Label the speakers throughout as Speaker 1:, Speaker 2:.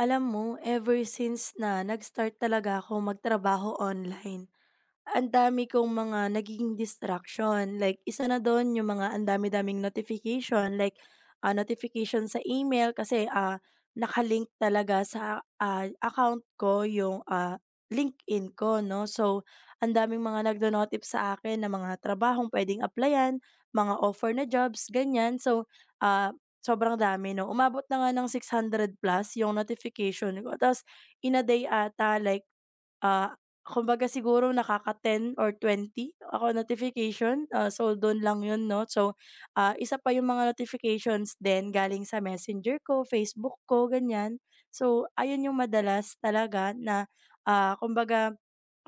Speaker 1: Alam mo, ever since na nag-start talaga ako magtrabaho online, ang dami kong mga nagiging distraction, like isa na dun yung mga ang dami-daming notification, like, notification sa email kasi, nakalink talaga sa, account ko yung, LinkedIn ko 'no. So, ang daming mga nagdo notif sa akin na mga trabahong puwedeng applyan, mga offer na jobs, ganyan. So, ah, sobrang dami 'no, umabot na nga ng 600 plus yung notification ko. Ta's in a day ata like, ah Kumbaga siguro nakaka-10 or 20 ako notification, so dun lang yun 'no. So, isa pa yung mga notifications din galing sa Messenger ko, Facebook ko, ganyan. So, ayun yung madalas talaga na, kumbaga,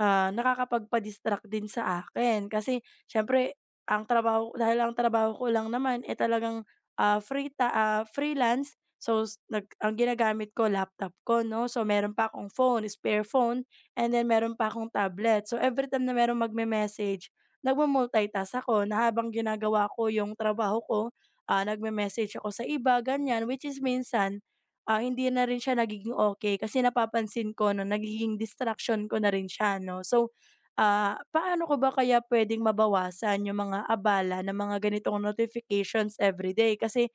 Speaker 1: nakakapagpa-distract din sa akin. Kasi siyempre ang trabaho dahil ang trabaho ko lang naman, eh, talagang, freelance. So, s- nag ang ginagamit ko laptop ko 'no, so meron pa akong phone, spare phone, and then meron pa akong tablet. So, everytime na merong magme-message, nagmu-multitask ako na habang ginagawa ko yung trabaho ko, nagme-message ako sa iba, ganyan. Which is minsan, hindi na rin siya nagiging okay kasi napapansin ko na nagiging distraction ko na rin siya 'no. So, paano ko ba kaya puwedeng mabawasan yung mga abala ng mga ganitong notifications everyday? Kasi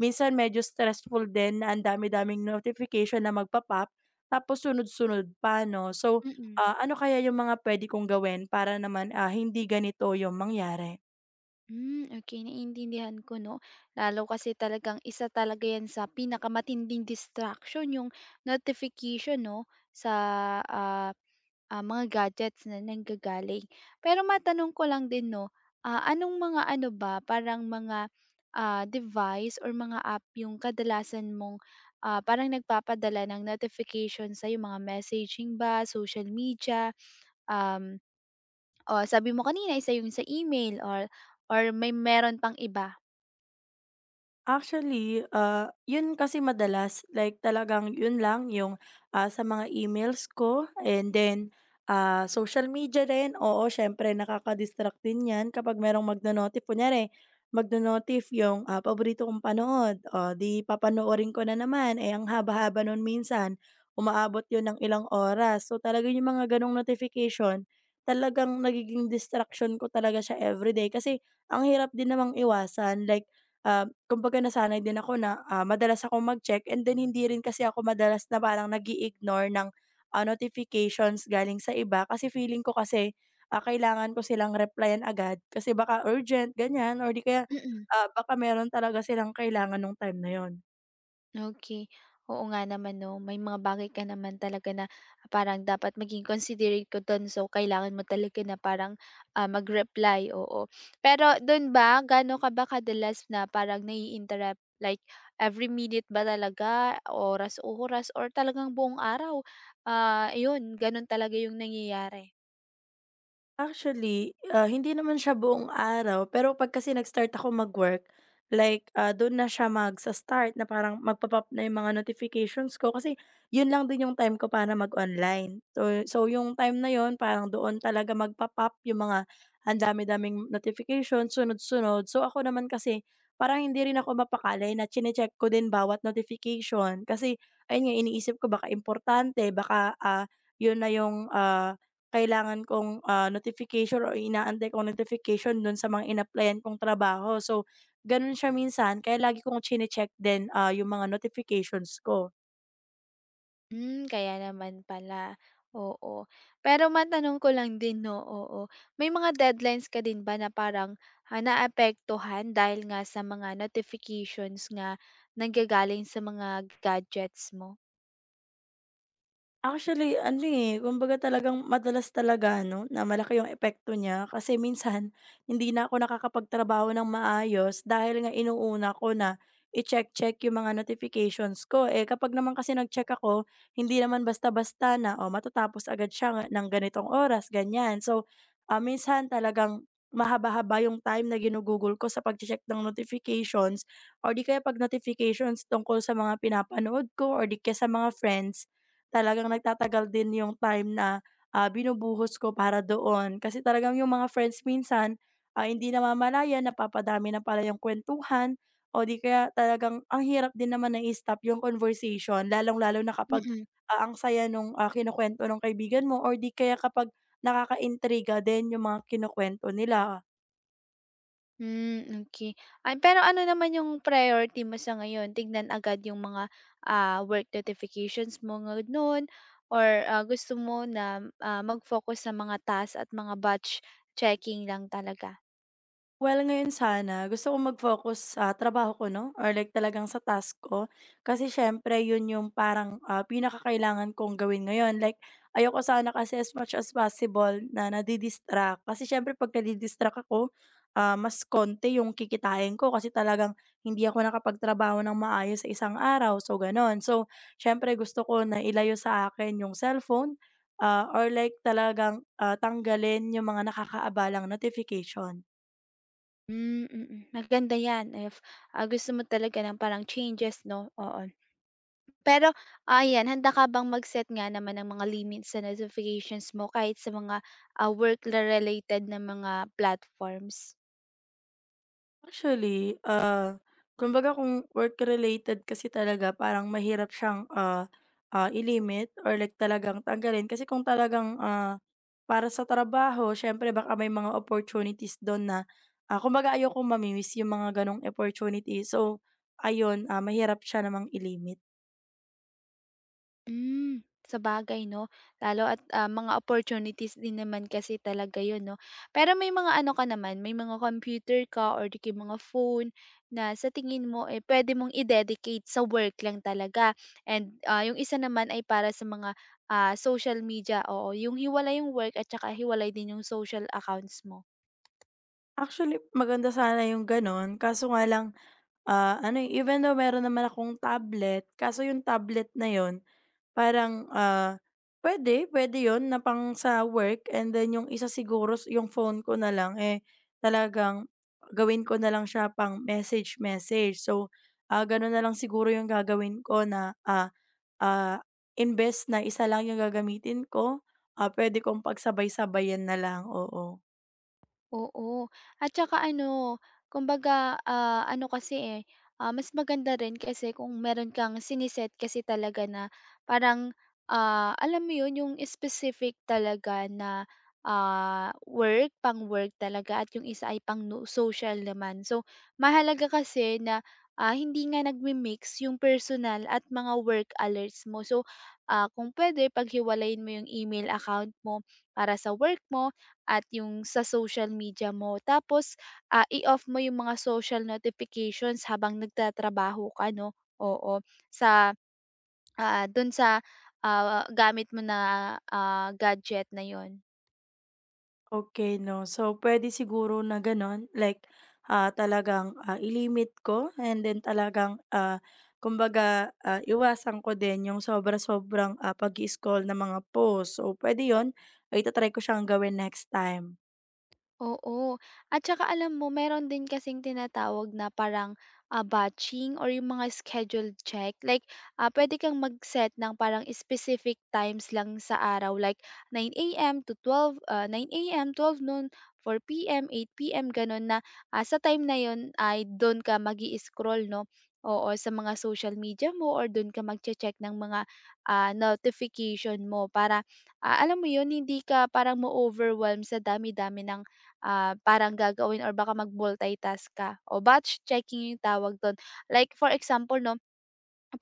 Speaker 1: minsan medyo stressful din na ang dami-daming notification na magpa-pop tapos sunod-sunod pa 'no. So,
Speaker 2: Mm-mm. Mm.
Speaker 1: Ano kaya yung mga puwede kong gawin para naman, hindi ganito yung mangyari?
Speaker 2: Okey, naiintindihan ko 'no. Lalo kasi talagang isa talaga 'yan sa pinakamatinding distraction yung notification 'no, sa, ah, mga gadgets na nanggagaling. Pero matanong ko lang din 'no, anong mga ano ba, parang mga, device or mga app yung kadalasan mong, parang nagpapadala ng notification sa'yo, mga messaging ba, social media? um, O sabi mo kanina isa yung sa email or may meron pang iba?
Speaker 1: Actually, yun kasi madalas like talagang yun lang yung, sa mga emails ko, and then, social media rin, oo siyempre nakaka-distract din 'yan kapag merong magno-notif. Kunyari magno-notif yung, paborito kong panood, oh 'di papanoorin ko na naman, eh, ang haba-haba nun minsan, umaabot yun ng ilang oras. So talaga yung mga ganong notification, talagang nagiging distraction ko talaga siya everyday kasi ang hirap din namang iwasan like, ah, Kumbaga nasanay din ako na, madalas akong mag-check, and then hindi rin kasi ako madalas na parang nag ignore ng, notifications galing sa iba kasi feeling ko kasi, kailangan ko silang replyan agad kasi baka urgent, ganyan or di kaya,
Speaker 2: Mm,
Speaker 1: baka meron talaga silang kailangan nung time na yun.
Speaker 2: okey. Oo nga naman 'no, may mga bagay ka naman talaga na parang dapat maging considerate ko dun. So, kailangan mo talaga na parang, mag-reply, oo. Pero dun ba, ganon ka ba kadalas na parang nai-interrupt? Like every minute ba talaga, oras-oras or talagang buong araw, ayun ganon talaga yung nangyayari?
Speaker 1: Actually, hindi naman siya buong araw, pero 'pag kasi nag-start ako mag-work, like, dun na siya magsa-start na parang magpo-pop na yung mga notifications ko kasi yun lang din yung time ko para mag-online. So yung time na yun parang doon talaga magpo-pop yung mga ang dami-daming notifications sunod-sunod. So ako naman kasi parang hindi rin ako mapakali na chine-check ko din bawat notification kasi ayun nga, iniisip ko baka importante, baka, yun na yung, kailangan kong, notification or inaantay kong notification dun sa mga in-applyan kong trabaho. So, ganun siya minsan kaya lagi kong chine-check din, yung mga notifications ko.
Speaker 2: Kaya naman pala, oo. Pero matanong ko lang din 'no, oo, may mga deadlines ka din ba na parang, naapektuhan dahil nga sa mga notifications nga nanggagaling sa mga gadgets mo?
Speaker 1: Actually ano, eh, kumbaga talagang madalas talaga ano, na malaki yung epekto niya kasi minsan hindi na ako nakakapagtrabaho ng maayos dahil nga inuuna ko na i-check-check yung mga notifications ko. Eh, kapag naman kasi nag-check ako, hindi naman basta-basta na, o matatapos agad ng ganitong oras, ganyan. So, minsan talagang mahaba-haba yung time na ginugugol ko sa pagche-check ng notifications or di kaya 'pag notifications tungkol sa mga pinapanood ko or di kaya sa mga friends, talagang nagtatagal din yung time na, binubuhos ko para doon. Kasi talagang yung mga friends minsan, hindi namamalayan napapadami na pala yung kuwentuhan o di kaya talagang ang hirap din naman na i-stop yung conversation lalong-lalo na kapag,
Speaker 2: Mm-mm.
Speaker 1: ang saya nung, kinukuwento nung kaibigan mo or di kaya kapag nakakaintriga din yung mga kinukuwento nila.
Speaker 2: Mm, hmm, okay. Ay, pero ano naman yung priority mo sa ngayon, tignan agad yung mga, work notifications mo gano'n or, gusto mo na, mag-focus sa mga task at mga batch checking lang talaga?
Speaker 1: Well, ngayon sana gusto ko mag-focus sa trabaho ko 'no, or like talagang sa task ko. Kasi siyempre yun yung parang, pinakakailangan kong gawin ngayon. Like ayoko sana kasi as much as possible na nadi Kasi siyempre 'pag nadi ako, mas konti yung kikitain ko kasi talagang hindi ako nakapagtrabaho ng maayos sa isang araw, so gano'n. So siyempre gusto ko na ilayo sa akin yung cellphone, or like talagang, tanggalin yung mga nakakaabalang notification.
Speaker 2: Hmm, mm. Maganda 'yan if, gusto mo talaga ng parang changes 'no, oo. Pero ayan, handa ka bang mag-set nga naman ng mga limits sa notifications mo kahit sa mga, work-related na mga platforms?
Speaker 1: Actually, kumbaga kung work-related kasi talaga parang mahirap siyang, i or like talagang tanggalin kasi kung talagang, para sa trabaho siyempre baka may mga opportunities dun na, kumbaga ayokong mami yung mga ganong opportunity. So, ayun, mahirap siya namang ilimit.
Speaker 2: Hmm, Bagay 'no, lalo at, mga opportunities din naman kasi talaga 'yun 'no. Pero may mga ano ka naman, may mga computer ka or di kaya mga phone na sa tingin mo, eh, pwede mong i-dedicate sa work lang talaga and, 'yung isa naman ay para sa mga, social media, oo, 'yung hiwalay 'yung work at saka hiwalay din 'yung social accounts mo?
Speaker 1: Actually, maganda sana yung ganon. Kaso nga lang, ano, eh, even though meron naman akong tablet kaso yung tablet na yon parang, pwede pwede yon na pang sa work, and then yung isa siguro yung phone ko na lang, eh, talagang gawin ko na lang siya pang message-message. So, gano'n na lang siguro yung gagawin ko na, ah, invest na isa lang yung gagamitin ko, puwede kong pagsabay-sabayan na lang, oo.
Speaker 2: Oo. At saka ano, kumbaga, ano kasi, eh, mas maganda rin kasi kung meron kang siniset kasi talaga na parang, alam mo 'yun, yung specific talaga na, work, pang-work talaga at yung isa ay pang no social naman. So, mahalaga kasi na, hindi nga nagmi-mix yung personal at mga work alerts mo. So, kung pwede paghiwalayin mo yung email account mo para sa work mo at yung sa social media mo. Tapos, i-off mo yung mga social notifications habang nagtatrabaho ka 'no, oo. Sa, dun sa, gamit mo na, gadget na yun.
Speaker 1: Okay 'no. So, pwede siguro na gano'n like, talagang, ilimit ko, and then talagang, kumbaga, iwasan ko din yung sobra-sobrang, pag-i-scroll ng mga post. So, pwede 'yun, ay ta ko siyang gawin next time.
Speaker 2: Oo. At saka alam mo meron din kasing tinatawag na parang, batching or yung mga scheduled check. Like, pwede kang mag-set ng parang specific times lang sa araw like 9 AM to 12, 9 AM, 12 noon, 4 PM, 8 PM, gano'n na, sa time na 'yon ay do'n ka mag scroll 'no, oo, sa mga social media mo or do'n ka magche-check ng mga, notification mo para, alam mo 'yon, hindi ka parang ma-overwhelm sa dami-dami ng parang gagawin or baka mag-multitask ka o batch checking yung tawag do'n. Like for example 'no,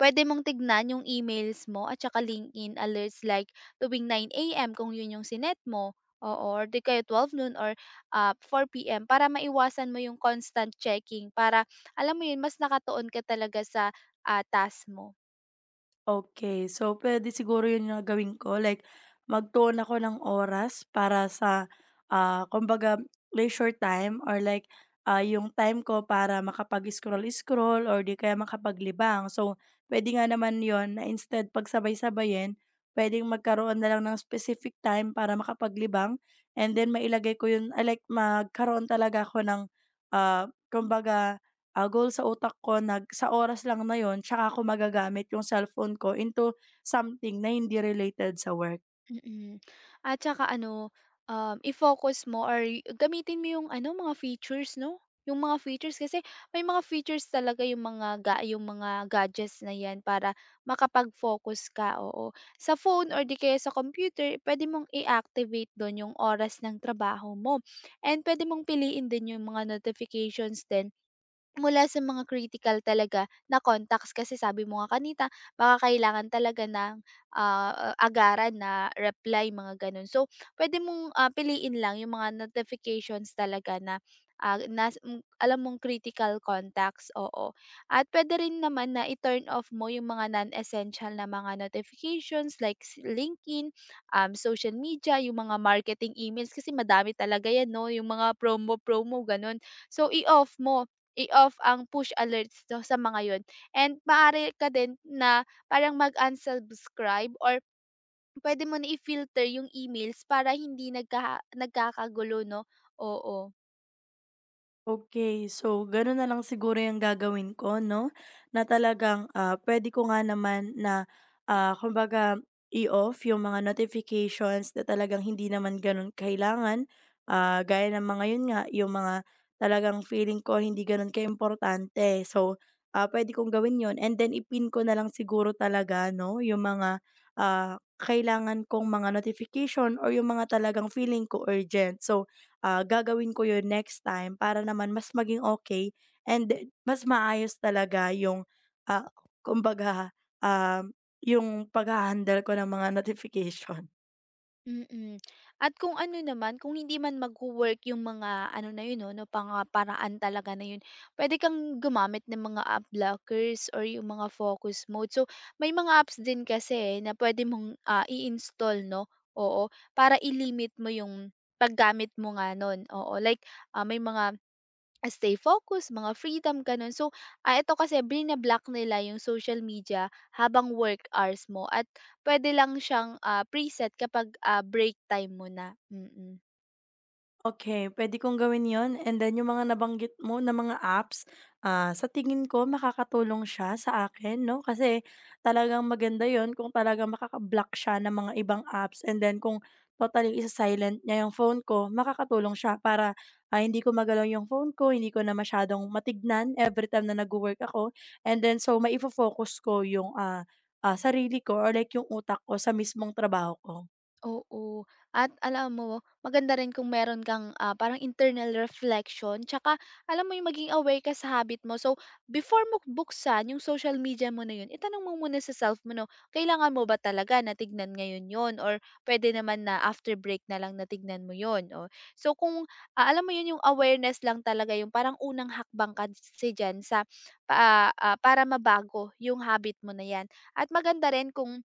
Speaker 2: pwede mong tignan yung emails mo at saka LinkedIn alerts like tuwing 9 AM kung 'yun yung sinet mo, oo, or 'di kaya 12 noon or, 4 PM para maiwasan mo yung constant checking para alam mo 'yun mas nakatuon ka talaga sa, task mo.
Speaker 1: Okay. So, puwede siguro 'yun na gawin ko like magtuon ako ng oras para sa, kumbaga leisure time or like, yung time ko para makapag-scroll-scroll or 'di kaya makapaglibang. So, pwede nga naman yon na instead pagsabay-sabayin, puwedeng magkaroon na lang ng specific time para makapaglibang, and then mailagay ko 'yun, like magkaroon talaga ako ng, kumbaga, goal sa utak ko nag sa oras lang na yon, tsaka ko magagamit yung cellphone ko into something na hindi related sa work.
Speaker 2: Mm. At saka ano, i-focus mo or gamitin mo yung ano, mga features 'no? Yung mga features kasi may mga features talaga yung mga ga yung mga gadgets na 'yan para makapag-focus ka, oo. Sa phone or di kaya sa computer, pwede mong i-activate dun yung oras ng trabaho mo and pwede mong piliin din yung mga notifications din mula sa mga critical talaga na contacts kasi sabi mo nga kanina baka kailangan talaga ng, agaran na reply mga gano'n. So, pwede mong, piliin lang yung mga notifications talaga na, nas m alam mong critical contacts, oo. At puwede rin naman na i-turn off mo yung mga non-essential na mga notifications like LinkedIn, social media, yung mga marketing emails kasi madami talaga 'yan 'no, yung mga promo-promo gano'n. So, i-off ang push alerts do sa mga yun and maaari ka din na parang mag-unsubscribe or pwede mo na i-filter yung emails para hindi nagkakagulo 'no, oo.
Speaker 1: Okay. So, gano'n na lang siguro 'yung gagawin ko 'no, na talagang, puwede ko nga naman na, kumbaga i-off 'yung mga notifications na talagang hindi naman gano'n kailangan. Gaya ng mga 'yun nga, 'yung mga talagang feeling ko hindi gano'n importante. So, puwede kong gawin 'yun, and then ipin ko na lang siguro talaga 'no, 'yung mga, kailangan kong mga notification or 'yung mga talagang feeling ko urgent. So, gagawin ko yun next time para naman mas maging okay, and mas maayos talaga yung, ah, kumbaga, um, yung pag handle ko ng mga notification.
Speaker 2: Mm. At kung ano naman, kung hindi man magwo-work yung mga ano na yun 'no, na paraan talaga na yun, puwede kang gumamit ng mga app blockers or yung mga focus mode. So, may mga apps din kasi na pwede mong, i-install 'no, oo, para i-limit mo yung paggamit mo nga nun, oo. Like, may mga Stay focused, mga freedom, ganun. So, ito kasi blina-block nila yung social media habang work hours mo at pwede lang siyang, preset kapag, break time mo na, mm.
Speaker 1: Okey, puwede kong gawin 'yon, and then yung mga nabanggit mo na mga apps, sa tingin ko makakatulong siya sa akin 'no, kasi talagang maganda 'yon kung talagang makaka-block siya ng mga ibang apps, and then kung totally isa-silent niya yung phone ko, makakatulong siya para, hindi ko magalaw yung phone ko, hindi ko na masyadong matignan everytime na nagwo-work ako, and then so maifo-focus ko yung, sarili ko or like yung utak ko sa mismong trabaho ko.
Speaker 2: Oo, at alam mo maganda rin kung meron kang, parang internal reflection tsaka alam mo yung maging aware ka sa habit mo. So, before mo buksan yung social media mo na yun, itanong mo muna sa self mo 'no, kailangan mo ba talaga na tignan ngayon yun or pwede naman na after break na lang na mo yun, oh. So kung, alam mo yun yung awareness lang talaga yung parang unang hakbang ka kasi diyan sa para mabago yung habit mo na yan. At maganda rin kung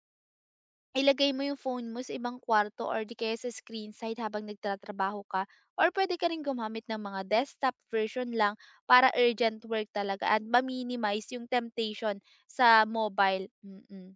Speaker 2: ilagay mo yung phone mo sa ibang kwarto or di kaya sa screen side habang nagtatrabaho ka or pwede ka rin gumamit ng mga desktop version lang para urgent work talaga at ma-minimize yung temptation sa mobile. Mm.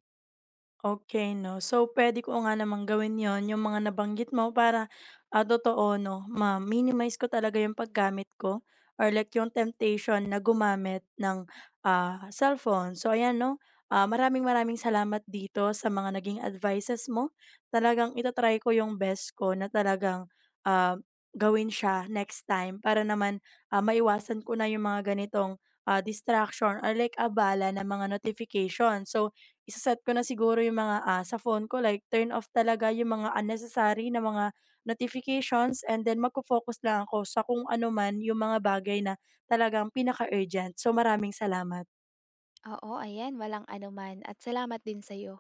Speaker 1: Okay 'no. So, puwede ko nga namang gawin 'yon, yung mga nabanggit mo para, totoo 'no, ma-minimize ko talaga yung paggamit ko or like yung temptation na gumamit ng, cellphone. So, ayan 'no, maraming maraming salamat dito sa mga naging advices mo. Talagang itatry ko yung best ko na talagang, ah, gawin siya next time para naman, maiwasan ko na yung mga ganitong, distraction or like abala ng mga notification. So, ise-set ko na siguro yung mga, sa phone ko like turn off talaga yung mga unnecessary na mga notifications, and then magfo-focus lang ako sa kung ano man yung mga bagay na talagang pinaka-urgent. So, maraming salamat.
Speaker 2: Oo, ayan, walang anuman at salamat din sa'yo.